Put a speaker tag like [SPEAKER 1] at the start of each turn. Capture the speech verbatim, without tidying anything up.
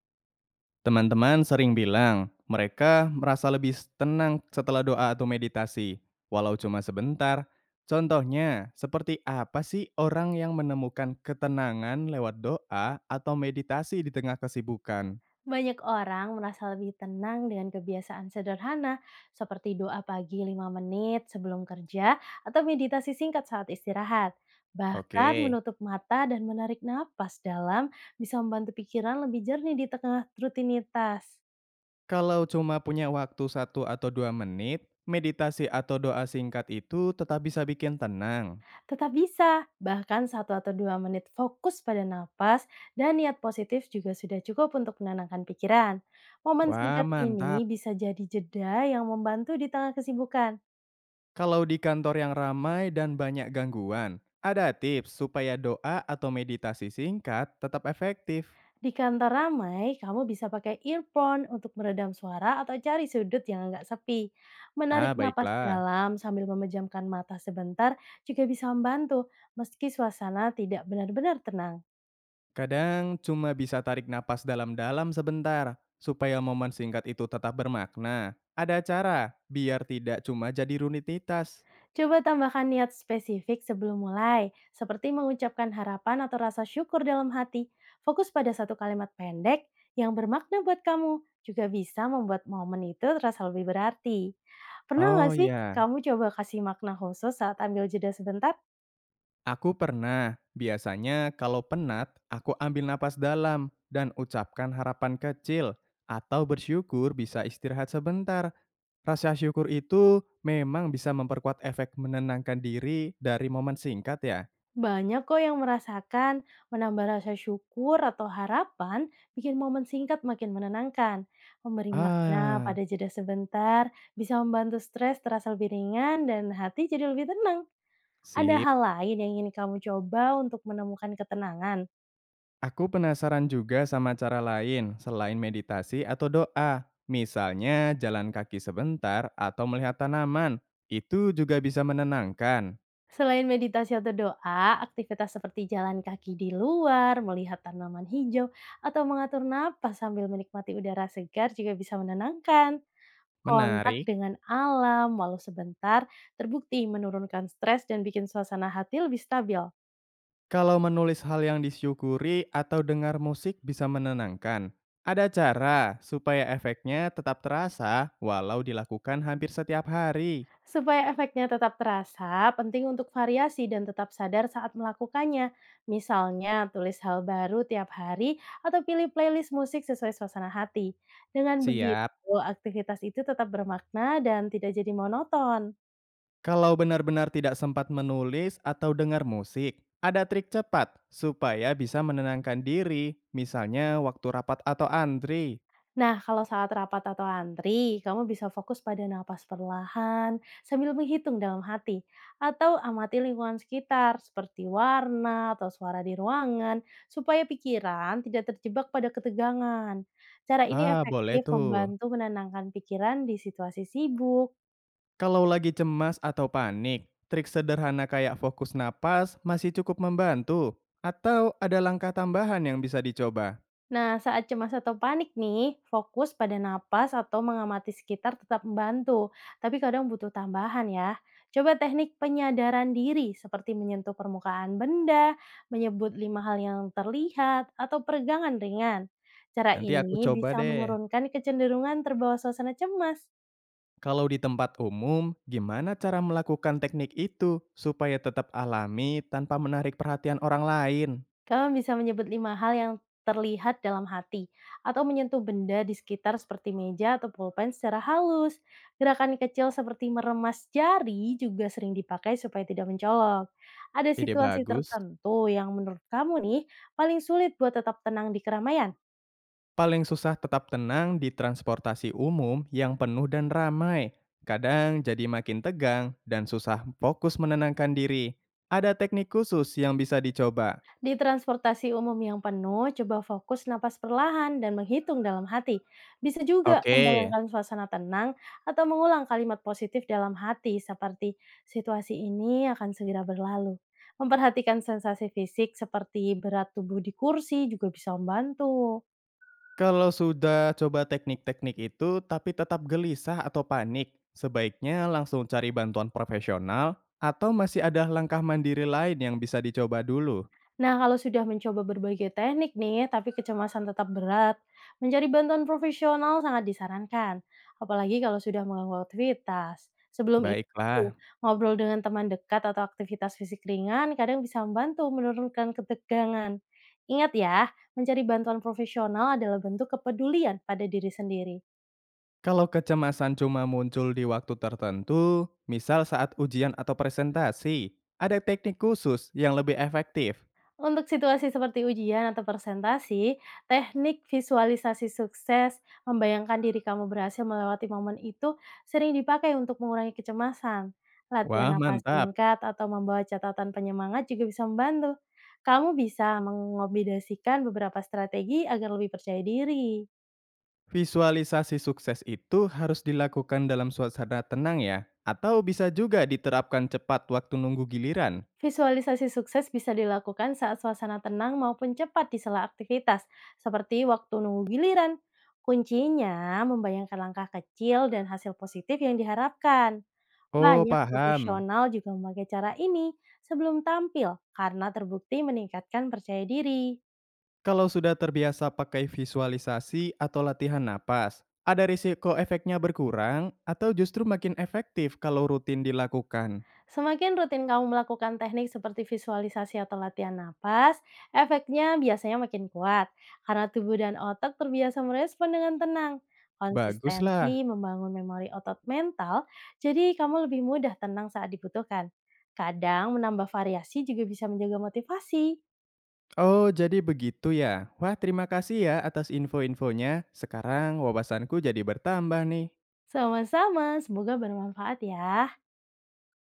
[SPEAKER 1] Teman-teman sering bilang mereka merasa lebih tenang setelah doa atau meditasi, walau cuma sebentar. Contohnya, seperti apa sih orang yang menemukan ketenangan lewat doa atau meditasi di tengah kesibukan?
[SPEAKER 2] Banyak orang merasa lebih tenang dengan kebiasaan sederhana seperti doa pagi lima menit sebelum kerja atau meditasi singkat saat istirahat.
[SPEAKER 1] Oke,
[SPEAKER 2] Bahkan menutup mata dan menarik napas dalam bisa membantu pikiran lebih jernih di tengah rutinitas.
[SPEAKER 1] kalau cuma punya waktu satu atau dua menit, meditasi atau doa singkat itu tetap bisa bikin tenang.
[SPEAKER 2] Tetap bisa, bahkan satu atau dua menit fokus pada napas dan niat positif juga sudah cukup untuk menenangkan pikiran. Momen
[SPEAKER 1] Wah,
[SPEAKER 2] singkat ini
[SPEAKER 1] mantap.
[SPEAKER 2] bisa jadi jeda yang membantu di tengah kesibukan.
[SPEAKER 1] Kalau di kantor yang ramai dan banyak gangguan, ada tips supaya doa atau meditasi singkat tetap efektif.
[SPEAKER 2] Di kantor ramai, kamu bisa pakai earphone untuk meredam suara atau cari sudut yang nggak sepi.
[SPEAKER 1] Ah,
[SPEAKER 2] Menarik napas
[SPEAKER 1] baiklah.
[SPEAKER 2] dalam sambil memejamkan mata sebentar juga bisa membantu, meski suasana tidak benar-benar tenang.
[SPEAKER 1] Kadang cuma bisa tarik napas dalam-dalam sebentar supaya momen singkat itu tetap bermakna. Ada cara biar tidak cuma jadi rutinitas.
[SPEAKER 2] Coba tambahkan niat spesifik sebelum mulai, seperti mengucapkan harapan atau rasa syukur dalam hati. Fokus pada satu kalimat pendek yang bermakna buat kamu, juga bisa membuat momen itu terasa lebih berarti. Pernah nggak
[SPEAKER 1] Oh
[SPEAKER 2] sih
[SPEAKER 1] ya,
[SPEAKER 2] kamu coba kasih makna khusus saat ambil jeda sebentar?
[SPEAKER 1] aku pernah. Biasanya kalau penat, aku ambil napas dalam dan ucapkan harapan kecil atau bersyukur bisa istirahat sebentar. Rasa syukur itu memang bisa memperkuat efek menenangkan diri dari momen singkat ya?
[SPEAKER 2] Banyak kok yang merasakan menambah rasa syukur atau harapan bikin momen singkat makin menenangkan. Memberi makna
[SPEAKER 1] Ah,
[SPEAKER 2] pada jeda sebentar bisa membantu stres terasa lebih ringan dan hati jadi lebih tenang. Ada
[SPEAKER 1] sip.
[SPEAKER 2] hal lain yang ingin kamu coba untuk menemukan ketenangan?
[SPEAKER 1] Aku penasaran juga sama cara lain selain meditasi atau doa. Misalnya jalan kaki sebentar atau melihat tanaman. Itu juga bisa menenangkan.
[SPEAKER 2] Selain meditasi atau doa, aktivitas seperti jalan kaki di luar, melihat tanaman hijau, atau mengatur napas sambil menikmati udara segar juga bisa menenangkan. Kontak
[SPEAKER 1] Menarik.
[SPEAKER 2] dengan alam walau sebentar terbukti menurunkan stres dan bikin suasana hati lebih stabil.
[SPEAKER 1] Kalau menulis hal yang disyukuri atau dengar musik bisa menenangkan. Ada cara supaya efeknya tetap terasa walau dilakukan hampir setiap hari.
[SPEAKER 2] Supaya efeknya tetap terasa, penting untuk variasi dan tetap sadar saat melakukannya. Misalnya, tulis hal baru tiap hari atau pilih playlist musik sesuai suasana hati. Dengan begitu,
[SPEAKER 1] Siap.
[SPEAKER 2] aktivitas itu tetap bermakna dan tidak jadi monoton.
[SPEAKER 1] Kalau benar-benar tidak sempat menulis atau dengar musik, ada trik cepat supaya bisa menenangkan diri, misalnya waktu rapat atau antri.
[SPEAKER 2] Nah, kalau saat rapat atau antri, kamu bisa fokus pada napas perlahan sambil menghitung dalam hati atau amati lingkungan sekitar seperti warna atau suara di ruangan supaya pikiran tidak terjebak pada ketegangan. Cara ini
[SPEAKER 1] Ah, boleh
[SPEAKER 2] efektif
[SPEAKER 1] tuh.
[SPEAKER 2] membantu menenangkan pikiran di situasi sibuk.
[SPEAKER 1] Kalau lagi cemas atau panik, trik sederhana kayak fokus napas masih cukup membantu. Atau ada langkah tambahan yang bisa dicoba?
[SPEAKER 2] Nah, saat cemas atau panik nih, fokus pada napas atau mengamati sekitar tetap membantu, tapi kadang butuh tambahan ya. Coba teknik penyadaran diri seperti menyentuh permukaan benda, menyebut lima hal yang terlihat, atau peregangan ringan. Cara
[SPEAKER 1] Nanti aku
[SPEAKER 2] ini
[SPEAKER 1] coba
[SPEAKER 2] bisa
[SPEAKER 1] deh.
[SPEAKER 2] menurunkan kecenderungan terbawa suasana cemas.
[SPEAKER 1] Kalau di tempat umum, gimana cara melakukan teknik itu supaya tetap alami tanpa menarik perhatian orang lain?
[SPEAKER 2] Kamu bisa menyebut lima hal yang terlihat dalam hati, atau menyentuh benda di sekitar seperti meja atau pulpen secara halus. Gerakan kecil seperti meremas jari juga sering dipakai supaya tidak mencolok. Ada
[SPEAKER 1] Ide
[SPEAKER 2] situasi
[SPEAKER 1] bagus.
[SPEAKER 2] tertentu yang menurut kamu nih paling sulit buat tetap tenang di keramaian?
[SPEAKER 1] Paling susah tetap tenang di transportasi umum yang penuh dan ramai. Kadang jadi makin tegang dan susah fokus menenangkan diri. Ada teknik khusus yang bisa dicoba.
[SPEAKER 2] Di transportasi umum yang penuh, coba fokus napas perlahan dan menghitung dalam hati. Bisa juga
[SPEAKER 1] Oke,
[SPEAKER 2] membayangkan suasana tenang atau mengulang kalimat positif dalam hati seperti situasi ini akan segera berlalu. Memperhatikan sensasi fisik seperti berat tubuh di kursi juga bisa membantu.
[SPEAKER 1] kalau sudah coba teknik-teknik itu tapi tetap gelisah atau panik, sebaiknya langsung cari bantuan profesional atau masih ada langkah mandiri lain yang bisa dicoba dulu.
[SPEAKER 2] Nah, kalau sudah mencoba berbagai teknik nih, tapi kecemasan tetap berat, mencari bantuan profesional sangat disarankan. Apalagi kalau sudah mengganggu aktivitas. Sebelum itu,
[SPEAKER 1] Baiklah,
[SPEAKER 2] ngobrol dengan teman dekat atau aktivitas fisik ringan kadang bisa membantu menurunkan ketegangan. Ingat ya, mencari bantuan profesional adalah bentuk kepedulian pada diri sendiri.
[SPEAKER 1] kalau kecemasan cuma muncul di waktu tertentu, misal saat ujian atau presentasi, ada teknik khusus yang lebih efektif.
[SPEAKER 2] Untuk situasi seperti ujian atau presentasi, teknik visualisasi sukses, membayangkan diri kamu berhasil melewati momen itu sering dipakai untuk mengurangi kecemasan. Latihan
[SPEAKER 1] Wah,
[SPEAKER 2] napas
[SPEAKER 1] mantap.
[SPEAKER 2] singkat atau membawa catatan penyemangat juga bisa membantu. Kamu bisa mengombinasikan beberapa strategi agar lebih percaya diri.
[SPEAKER 1] Visualisasi sukses itu harus dilakukan dalam suasana tenang ya, atau bisa juga diterapkan cepat waktu nunggu giliran.
[SPEAKER 2] Visualisasi sukses bisa dilakukan saat suasana tenang maupun cepat di sela aktivitas, seperti waktu nunggu giliran. Kuncinya membayangkan langkah kecil dan hasil positif yang diharapkan.
[SPEAKER 1] Oh,
[SPEAKER 2] Banyak
[SPEAKER 1] paham.
[SPEAKER 2] profesional juga memakai cara ini sebelum tampil karena terbukti meningkatkan percaya diri.
[SPEAKER 1] Kalau sudah terbiasa pakai visualisasi atau latihan napas, ada risiko efeknya berkurang atau justru makin efektif kalau rutin dilakukan.
[SPEAKER 2] Semakin rutin kamu melakukan teknik seperti visualisasi atau latihan napas, efeknya biasanya makin kuat karena tubuh dan otak terbiasa merespon dengan tenang.
[SPEAKER 1] Baguslah.
[SPEAKER 2] Konsistensi membangun memori otot mental, jadi kamu lebih mudah tenang saat dibutuhkan. Kadang menambah variasi juga bisa menjaga motivasi.
[SPEAKER 1] Oh, jadi begitu ya. Wah, terima kasih ya atas info-infonya. Sekarang wawasanku jadi bertambah nih.
[SPEAKER 2] Sama-sama, semoga bermanfaat ya.